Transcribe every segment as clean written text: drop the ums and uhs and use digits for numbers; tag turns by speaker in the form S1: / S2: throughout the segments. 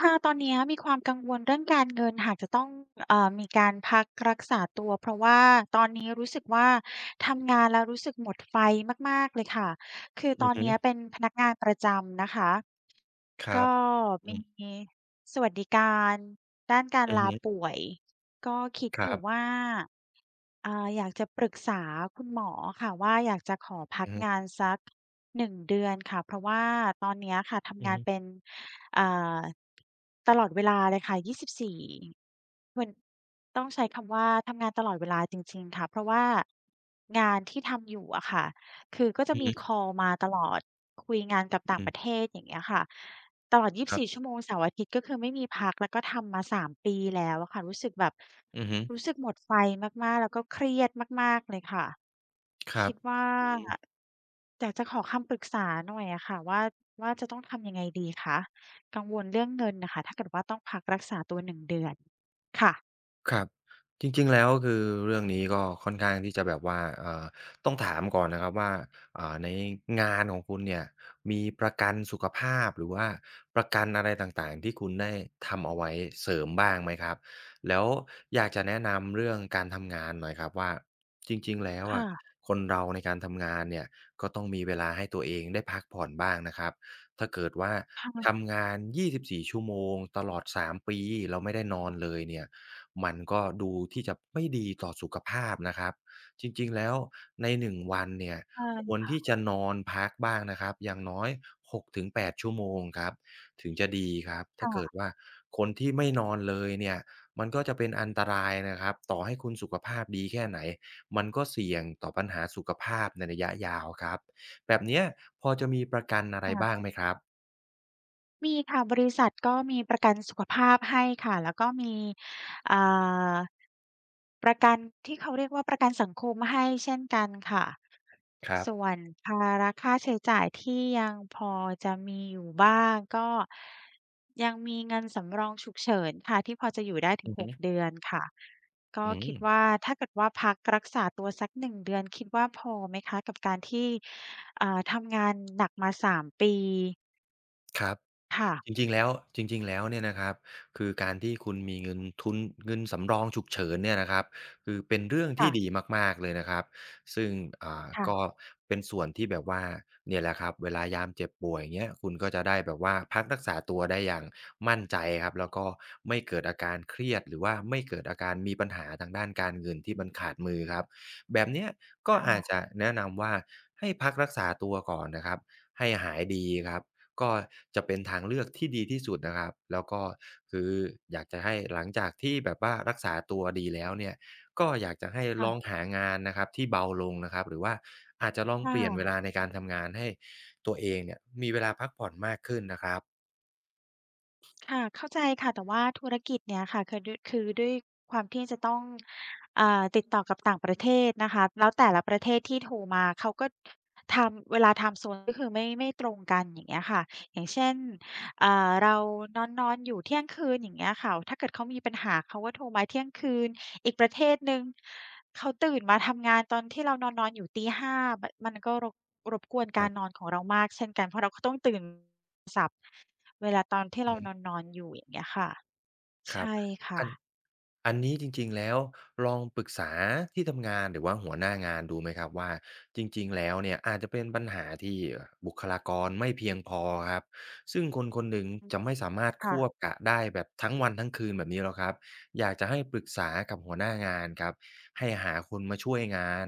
S1: ค่ะตอนเนี้ยมีความกังวลเรื่องการเงินหากจะต้องมีรักษาตัวเพราะว่าตอนนี้รู้สึกว่าทำงานแล้วรู้สึกหมดไฟมากๆเลยค่ะคือต
S2: อื
S1: อ
S2: อ
S1: น
S2: ฮึ
S1: เนี้ยเป็นพนักงานประจำนะคะ
S2: ค
S1: ก็
S2: รับอืม
S1: มีสวัสดิการด้านการ
S2: อือ
S1: ลา
S2: ฮึ
S1: ป่วยก็คิด
S2: ค
S1: อ
S2: รั
S1: ยู่
S2: บ
S1: ว่า อ่าอยากจะปรึกษาคุณหมอค่ะว่าอยากจะขอพัก
S2: อือ
S1: งา
S2: ฮึ
S1: นสัก1เดือนค่ะเพราะว่าตอนเนี้ยค่ะทำ
S2: อือ
S1: งาน
S2: ฮึ
S1: เป็นอ่าตลอดเวลาเลยค่ะ24หมือนต้องใช้คำว่าทำงานตลอดเวลาจริงๆค่ะเพราะว่างานที่ทำอยู่อะค่ะคือก็จะ
S2: อือ
S1: มี
S2: ฮึ
S1: คอลมาตลอดคุยงานกับต่าง
S2: อื
S1: ประเท
S2: ม
S1: ศอย่างเงี้ยค่ะ ตลอด
S2: ครั
S1: 24 ชั่
S2: บ
S1: วโมงเสาร์อาทิตย์ก็คือไม่มีพัก แล้วก็ทำมา 3 ปีแล้วอะค่ะ รู้สึกแบบ
S2: อือฮึ
S1: รู้สึกหมดไฟมาก ๆ แล้วก็เครียดมาก ๆ เลยค่ะ
S2: ครั
S1: คิ
S2: บ
S1: ดว่า
S2: อืม
S1: อยากจะขอคำปรึกษาหน่อยอะค่ะว่าว่าจะต้องทำยังไงดีคะกังวลเรื่องเงินน่ะค่ะถ้าเกิดว่าต้องพักรักษาตัว1เดือน ค่ะ
S2: ครับจริงๆแล้วคือเรื่องนี้ก็ค่อนข้างที่จะแบบว่าต้องถามก่อนนะครับว่าในงานของคุณเนี่ยมีประกันสุขภาพหรือว่าประกันอะไรต่างๆที่คุณได้ทำเอาไว้เสริมบ้างไหมครับแล้วอยากจะแนะนำเรื่องการทำงานหน่อยครับว่าจริงๆแล้ว
S1: ค่ะ
S2: อะคนเราในการทำงานเนี่ยก็ต้องมีเวลาให้ตัวเองได้พักผ่อนบ้างนะครับถ้าเกิดว่า
S1: ค่ะ
S2: ทำงาน24ชั่วโมงตลอด3ปีแล้วไม่ได้นอนเลยเนี่ย มันก็ดูที่จะไม่ดีต่อสุขภาพนะครับจริงๆแล้วใน1วันเนี่ย
S1: ใ
S2: ควร
S1: ช่
S2: ที่จะนอนพักบ้างนะครับอย่างน้อย6-8ชั่วโมงครับถึงจะดีครับถ้าเกิด
S1: ค่ะ
S2: ว่าคนที่ไม่นอนเลยเนี่ยมันก็จะเป็นอันตรายนะครับต่อให้คุณสุขภาพดีแค่ไหนมันก็เสี่ยงต่อปัญหาสุขภาพในระยะยาวครับแบบเนี้ยพอจะมีประกันอะไรบ้า
S1: ค่ะ
S2: งไหมครับ
S1: มีค่ะบริษัทก็มีประกันสุขภาพให้ค่ะแล้วก็มีอ่าประกันที่เขาเรียกว่าประกันสังคมให้เช่นกันค่ะ
S2: ครับ
S1: ส่วนภาระค่าใช้จ่ายที่ยังพอจะมีอยู่บ้างก็ยังมีเงินสำรองฉุกเฉินค่ะที่พอจะอยู่ได้ถึ
S2: อื
S1: ง
S2: อฮึ
S1: 6เดือนค่ะ
S2: อืม
S1: ตัวสัก1เดือนคิดว่าพอไหมคะกับการที่ทำงานหนักมา3ปี
S2: ครับ
S1: ค่ะ
S2: จริงๆ แล้วจริงๆแล้วเนี่ยนะครับคือการที่คุณมีเงินทุนเงินสำรองฉุกเฉินเนี่ยนะครับคือเป็นเรื่องที่
S1: ค่ะ
S2: ดีมากๆ เลยนะครับซึ่งก็
S1: ค่ะ
S2: เป็นส่วนที่แบบว่าเนี่ยแหละครับเวลายามเจ็บป่วยอย่างเงี้ยคุณก็จะได้แบบว่าพักรักษาตัวได้อย่างมั่นใจครับแล้วก็ไม่เกิดอาการเครียดหรือว่าไม่เกิดอาการมีปัญหาทางด้านการเงินที่มันขาดมือครับแบบเนี้ยก็
S1: ๆค
S2: อา
S1: ่
S2: จจะแนะนำว่าให้พักรักษาตัวก่อนนะครับให้หายดีครับ ก็จะเป็นทางเลือกที่ดีที่สุดนะครับแล้วก็คืออยากจะให้หลังจากที่แบบว่ารักษาตัวดีแล้วเนี่ยก็อยากจะให้
S1: ะ
S2: ลองหางานนะครับที่เบาลงนะครับหรือว่าอาจจะลองเปลี่ยนเว
S1: ค่ะ
S2: ลาในการทำงานให้ตัวเองเนี่ยมีเวลาพักผ่อนมากขึ้นนะครับ
S1: ค่ะเข้าใจค่ะแต่ว่าธุรกิจเนี่ยค่ะคือด้วยความที่จะต้องติดต่อกับต่างประเทศนะคะแล้วแต่ละประเทศที่โทรมาเขาก็ไทม์เวลาไทม์โซนก็คือไม่ตรงกันอย่างเงี้ยค่ะอย่างเช่นเรานอนๆอยู่เที่ยงคืนอย่างเงี้ยค่ะถ้าเกิดเขามีปัญหาเขาก็โทรมาเที่ยงคืนอีกประเทศหนึ่งเขาตื่นมาทำงานตอนที่เรานอนๆอยู่ตีหาแบบมันก็รบกวน
S2: คร
S1: การนอ
S2: ั
S1: นของเรามากเช่นกันเพราะเราก็ต้องตื่นสับ เวลาตอนที่เรา
S2: บ
S1: นอนๆอยู่อย่างเงี้ยค่ะ
S2: ครับ
S1: ใช่
S2: อั
S1: ค่ะ
S2: นอันนี้จริงๆแล้วลองปรึกษาที่ทำงานหรือว่าหัวหน้างานดูไหมครับว่าจริงๆแล้วเนี่ยอาจจะเป็นปัญหาที่บุคลากรไม่เพียงพอครับซึ่งคนคนหนึ่งจะไม่สามารถค
S1: ค่ะ
S2: วบกะได้แบบทั้งวันทั้งคืนแบบนี้หรอกครับอยากจะให้ปรึกษากับหัวหน้างานครับให้หาคนมาช่วยงาน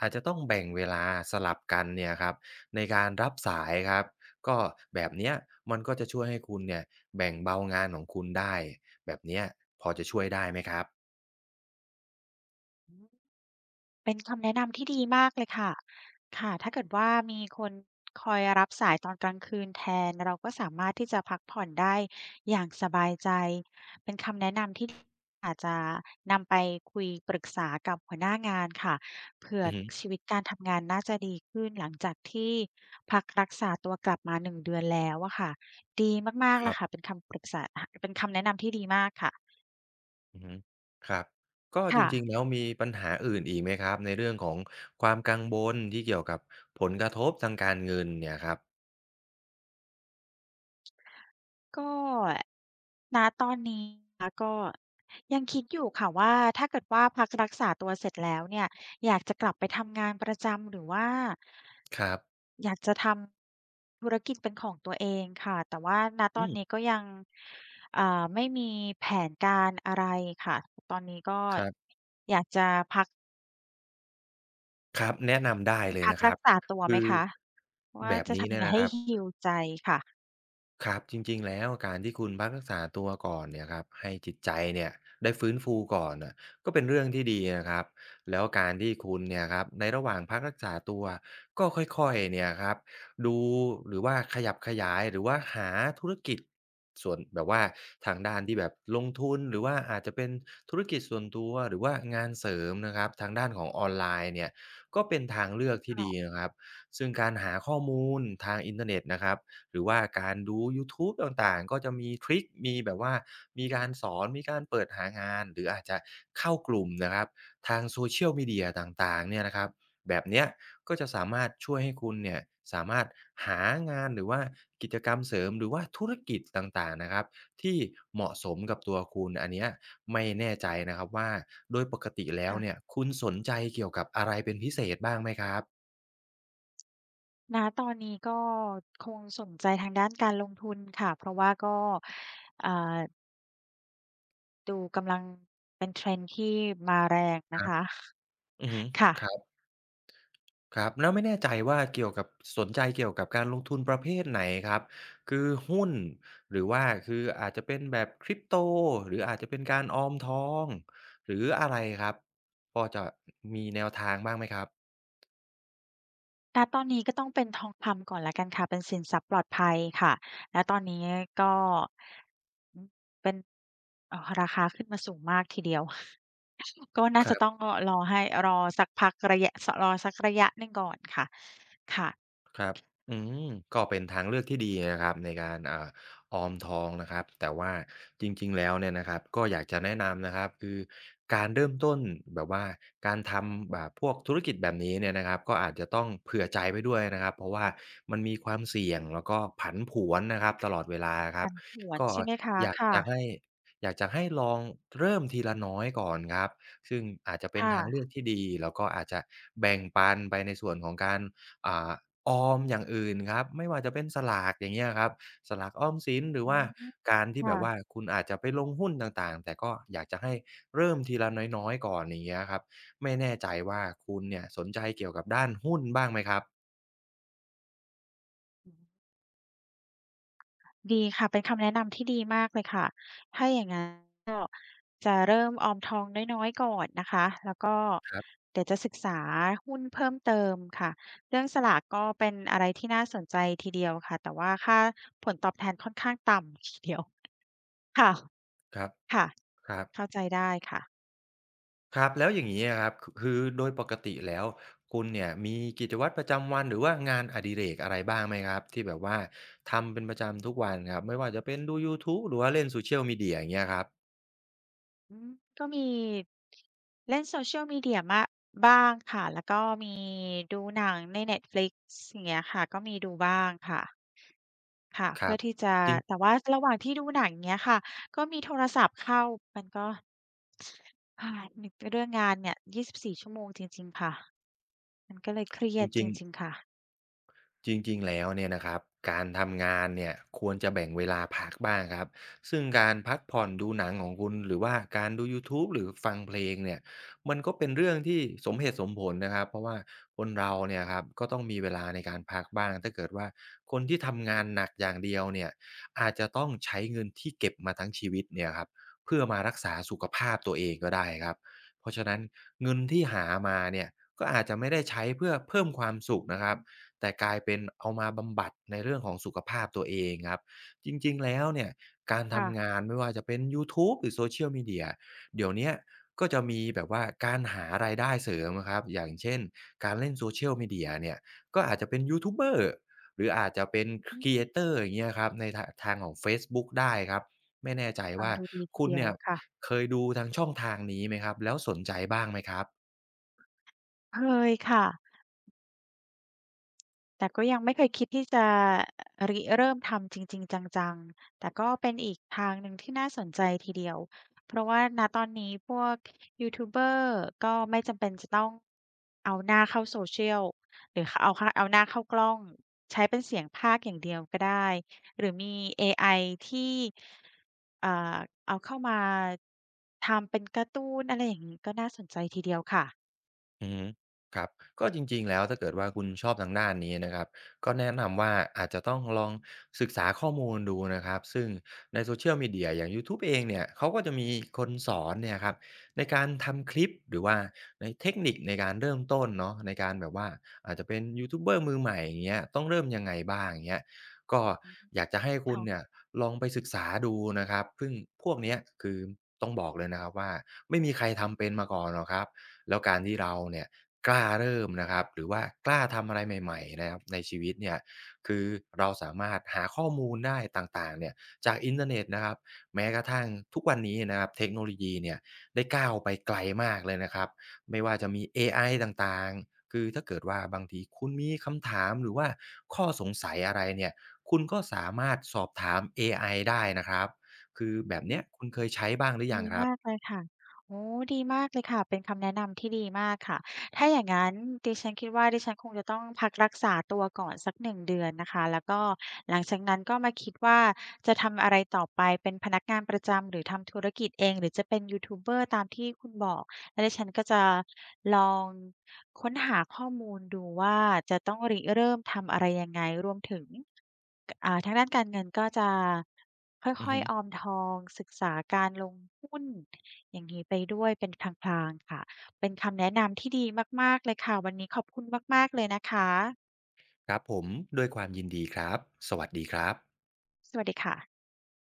S2: อาจจะต้องแบ่งเวลาสลับกันเนี่ยครับในการรับสายครับก็แบบเนี้ยมันก็จะช่วยให้คุณเนี่ยแบ่งเบางานของคุณได้ แบบเนี้ยพอจะช่วยได้ไหมครับ
S1: เป็นคำแนะนำที่ดีมากเลยค่ะค่ะถ้าเกิดว่ามีคนคอยรับสายตอนกลางคืนแทนเราก็สามารถที่จะพักผ่อนได้อย่างสบายใจเป็นคำแนะนำที่อาจจะนำไปคุยปรึกษากับหัวหน้างานค่ะเผื่อ
S2: อือฮึ
S1: ชีวิตการทำงานน่าจะดีขึ้นหลังจากที่พักรักษาตัวกลับมา1เดือนแล้วอะค่ะดีมาก
S2: ค
S1: ๆเล
S2: รั
S1: ยค่ะ
S2: บ
S1: เป็นคำปรึกษาเป็นคำแนะนำที่ดีมากค่ะ
S2: อือฮึครับก็จ
S1: ค่ะ
S2: ริงๆแล้วมีปัญหาอื่นอีกไหมครับในเรื่องของความกังวลที่เกี่ยวกับผลกระทบทางการเงินเนี่ยครับ
S1: ก็ณตอนนี้นะคะก็ยังคิดอยู่ค่ะว่าถ้าเกิดว่าพักรักษาตัวเสร็จแล้วเนี่ยอยากจะกลับไปทำงานประจำหรือว่า
S2: ครับ
S1: อยากจะทำธุรกิจเป็นของตัวเองค่ะแต่ว่าณต
S2: อื
S1: อนนี้
S2: ม
S1: ก็ยังอ่าไม่มีแผนการอะไรค่ะตอนนี้ก็
S2: ครับ
S1: อยากจะพัก
S2: ครับแนะนำได้เลย
S1: พัก
S2: นะค
S1: รั
S2: รั
S1: ก
S2: บ
S1: ษาตัวไหม
S2: คือ
S1: คะว่า
S2: แบบ
S1: จะ
S2: นี้
S1: ทำยั
S2: เนี่
S1: ง
S2: ย
S1: ไง
S2: นะค
S1: ให้
S2: รับ
S1: heal ใจค่ะ
S2: ครับจริงๆแล้วการที่คุณพักรักษาตัวก่อนเนี่ยครับให้จิตใจเนี่ยได้ฟื้นฟูก่อนน่ะก็เป็นเรื่องที่ดีนะครับแล้วการที่คุณเนี่ยครับในระหว่างพักรักษาตัวก็ค่อยๆเนี่ยครับดูหรือว่าขยับขยายหรือว่าหาธุรกิจส่วนแบบว่าทางด้านที่แบบลงทุนหรือว่าอาจจะเป็นธุรกิจส่วนตัวหรือว่างานเสริมนะครับทางด้านของออนไลน์เนี่ยก็เป็นทางเลือกที่ดี
S1: ก็
S2: นะครับซึ่งการหาข้อมูลทางอินเทอร์เน็ตนะครับ หรือว่าการดูยูทูบต่างๆก็จะมีทริกมีแบบว่ามีการสอน มีการเปิดหางานหรืออาจจะเข้ากลุ่มนะครับทาง Social Media ต่างๆเนี่ยนะครับแบบเนี้ยก็จะสามารถช่วยให้คุณเนี่ยสามารถหางานหรือว่ากิจกรรมเสริมหรือว่าธุรกิจต่างๆนะครับที่เหมาะสมกับตัวคุณอันเนี้ยไม่แน่ใจนะครับว่าโดยปกติแล้วเนี่ย
S1: ค่ะ
S2: คุณสนใจเกี่ยวกับอะไรเป็นพิเศษบ้างไหมครับ
S1: ณตอนนี้ก็คงสนใจทางด้านการลงทุนค่ะเพราะว่าก็อ่าดูกำลังเป็น trend ที่มาแรง
S2: ค
S1: นะ
S2: รับ
S1: คะ
S2: อือฮึ
S1: ค่ะ
S2: ครับ ครับแล้วไม่แน่ใจว่าเกี่ยวกับสนใจเกี่ยวกับการลงทุนประเภทไหนครับคือหุ้นหรือว่าคืออาจจะเป็นแบบคริปโตหรืออาจจะเป็นการออมทองหรืออะไรครับพอจะมีแนวทางบ้างไหมครับ
S1: ณตอนนี้ก็ต้องเป็นทองคำก่อนแล้วกันค่ะเป็นสินทรัพย์ปลอดภัยค่ะและตอนนี้ก็อือเป็นราคาขึ้นมาสูงมากทีเดียว ก็น่าจะต้องรอให้รอสักพักรอสักระยะหนึ่งก่อนค่ะค่ะ
S2: ครับอืมก็เป็นทางเลือกที่ดีนะครับในการออมทองนะครับแต่ว่าจริงๆแล้วเนี่ยนะครับก็อยากจะแนะนำนะครับคือการเริ่มต้นแบบว่าการทำแบบพวกธุรกิจแบบนี้เนี่ยนะครับก็อาจจะต้องเผื่อใจไปด้วยนะครับเพราะว่ามันมีความเสี่ยงแล้วก็ผันผวนนะครับตลอดเวลาครั
S1: ผั
S2: บ
S1: นผวน
S2: ก็
S1: ใช่ไหมคะ
S2: อยากจะให้
S1: ค่ะ
S2: อยากจะให้ลองเริ่มทีละน้อยก่อนครับซึ่งอาจจะเป็นทางเลือ
S1: ค่ะ
S2: กที่ดีแล้วก็อาจจะแบ่งปันไปในส่วนของการอ่า ออมอย่างอื่นครับไม่ว่าจะเป็นสลากอย่างเงี้ยครับสลากออมสินหรือ
S1: อื
S2: ว่า
S1: ม
S2: การที่แบ
S1: ค่ะ
S2: บว่าคุณอาจจะไปลงหุ้นต่างๆแต่ก็อยากจะให้เริ่มทีละน้อยๆก่อนอย่างเงี้ยครับไม่แน่ใจว่าคุณเนี่ยสนใจเกี่ยวกับด้านหุ้นบ้างไหมครับ
S1: ดีค่ะเป็นคำแนะนำที่ดีมากเลยค่ะถ้าอย่างงั้นจะเริ่มออมทองน้อยๆก่อนนะคะแล้วก็
S2: ครับ
S1: เดี๋ยวจะศึกษาหุ้นเพิ่มเติมค่ะเรื่องสลากก็เป็นอะไรที่น่าสนใจทีเดียวค่ะแต่ว่าค่าผลตอบแทนค่อนข้างต่ำทีเดียวค่ะ
S2: ครับ
S1: ค่ะ
S2: ครับ
S1: เข้าใจได้ค่ะ
S2: ครับแล้วอย่างงี้อะครับคือโดยปกติแล้วคุณเนี่ยมีกิจวัตรประจำวันหรือว่างานอดิเรกอะไรบ้างไหมครับที่แบบว่าทำเป็นประจำทุกวันครับไม่ว่าจะเป็นดูยูทูบหรือว่าเล่น Social Media อย่างเงี้ยครับ
S1: อืมก็มีเล่น Social Media มะบ้างค่ะแล้วก็มีดูหนังใน Netflix อย่างเงี้ยค่ะก็มีดูบ้างค่ะ ค่ะ
S2: ค
S1: เพื่
S2: รั
S1: อ
S2: บ
S1: ที่จะ
S2: จริ
S1: แต่
S2: ง
S1: ว่าระหว่างที่ดูหนังเงี้ยค่ะก็มีโทรศัพท์เข้ามันก็อานึกเรื่องงานเนี่ย24ชั่วโมงจริงๆค่ะ
S2: จริงๆจริงๆ แล้วเนี่ยนะครับการทำงานเนี่ยควรจะแบ่งเวลาพักบ้างครับซึ่งการพักผ่อนดูหนังของคุณหรือว่าการดูยูทูบหรือฟังเพลงเนี่ยมันก็เป็นเรื่องที่สมเหตุสมผลนะครับเพราะว่าคนเราเนี่ยครับก็ต้องมีเวลาในการพักบ้างถ้าเกิดว่าคนที่ทำงานหนักอย่างเดียวเนี่ยอาจจะต้องใช้เงินที่เก็บมาทั้งชีวิตเนี่ยครับเพื่อมารักษาสุขภาพตัวเองก็ได้ครับเพราะฉะนั้นเงินที่หามาเนี่ยก็อาจจะไม่ได้ใช้เพื่อเพิ่มความสุขนะครับ แต่กลายเป็นเอามาบำบัดในเรื่องของสุขภาพตัวเองครับจริงๆแล้วเนี่ยการทำ
S1: ค่ะ
S2: งานไม่ว่าจะเป็นยูทูบหรือ Social Media เดี๋ยวเนี้ยก็จะมีแบบว่าการหารายได้เสริมอะครับอย่างเช่นการเล่น Social Media เนี่ยก็อาจจะเป็นยูทูบเบอร์หรืออาจจะเป็น
S1: อือ
S2: ครี
S1: ฮึ
S2: เอเตอร์อย่างเงี้ยครับในทางของเฟซบุ๊กได้ครับไม่แน่ใจ
S1: ฟัง
S2: ว่า
S1: ดูดีที
S2: คุณ
S1: เดียว
S2: เนี่ย
S1: ค่ะ
S2: เคยดูทางช่องทางนี้ไหมครับแล้วสนใจบ้างไหมครับ
S1: เคยค่ะ แต่ก็ยังไม่เคยคิดที่จะริเริ่มทำจริงๆจังๆ แต่ก็เป็นอีกทางหนึ่งที่น่าสนใจทีเดียว เพราะว่าณตอนนี้พวกยูทูบเบอร์ก็ไม่จำเป็นจะต้องเอาหน้าเข้า social หรือเอาหน้าเข้ากล้องใช้เป็นเสียงพากย์อย่างเดียวก็ได้หรือมีเอไอที่อ่าเอาเข้ามาทำเป็นการ์ตูนอะไรอย่างงี้ก็น่าสนใจทีเดียวค่ะ
S2: อือฮึครับก็จริงๆแล้วถ้าเกิดว่าคุณชอบทางด้านนี้นะครับก็แนะนำว่าอาจจะต้องลองศึกษาข้อมูลดูนะครับซึ่งใน Social Media อย่างยูทูบเองเนี่ยเขาก็จะมีคนสอนเนี่ยครับในการทำคลิปหรือว่าในเทคนิคในการเริ่มต้นเนาะในการแบบว่าอาจจะเป็นยูทูบเบอร์มือใหม่อย่างเงี้ยต้องเริ่มยังไงบ้างอย่างเงี้ยก็
S1: อืม
S2: อยากจะให้คุณเนี่
S1: ค่ะ
S2: ยลองไปศึกษาดูนะครับซึ่งพวกเนี้ยคือต้องบอกเลยนะครับว่าไม่มีใครทำเป็นมาก่อนหรอกครับ แล้วการที่เราเนี่ยกล้าเริ่มนะครับหรือว่ากล้าทำอะไรใหม่ๆนะครับในชีวิตเนี่ยคือเราสามารถหาข้อมูลได้ต่างๆเนี่ยจากอินเทอร์เน็ตนะครับแม้กระทั่งทุกวันนี้นะครับเทคโนโลยีเนี่ยได้ก้าวไปไกลมากเลยนะครับไม่ว่าจะมีเอไอต่างๆคือถ้าเกิดว่าบางทีคุณมีคำถามหรือว่าข้อสงสัยอะไรเนี่ยคุณก็สามารถสอบถามเอไอได้นะครับคือแบ
S1: อื
S2: บเนี้
S1: ม
S2: ยคุณเคยใช้บ้างหรือยั
S1: ดี
S2: งครับ
S1: มากเลยค่ะโอ้ดีมากเลยค่ะเป็นคำแนะนำที่ดีมากค่ะถ้าอย่างงั้นดิฉันคิดว่าดิฉันคงจะต้องพักรักษาตัวก่อนสัก1เดือนนะคะแล้วก็หลังจากนั้นก็มาคิดว่าจะทำอะไรต่อไปเป็นพนักงานประจำหรือทำธุรกิจเองหรือจะเป็นยูทูบเบอร์ตามที่คุณบอกแล้วดิฉันก็จะลองค้นหาข้อมูลดูว่าจะต้องริเริ่มทำอะไรยังไงรวมถึง ทางด้านการเงินก็จะค
S2: อือ
S1: ่อย
S2: ฮึ
S1: ๆออมทองศึกษาการลงหุ้นอย่างงี้ไปด้วยเป็นพลางๆค่ะเป็นคำแนะนำที่ดีมากๆเลยค่ะวันนี้ขอบคุณมากๆเลยนะคะ
S2: ครับผมด้วยความยินดีครับสวัสดีครับ
S1: สวัสดีค่ะ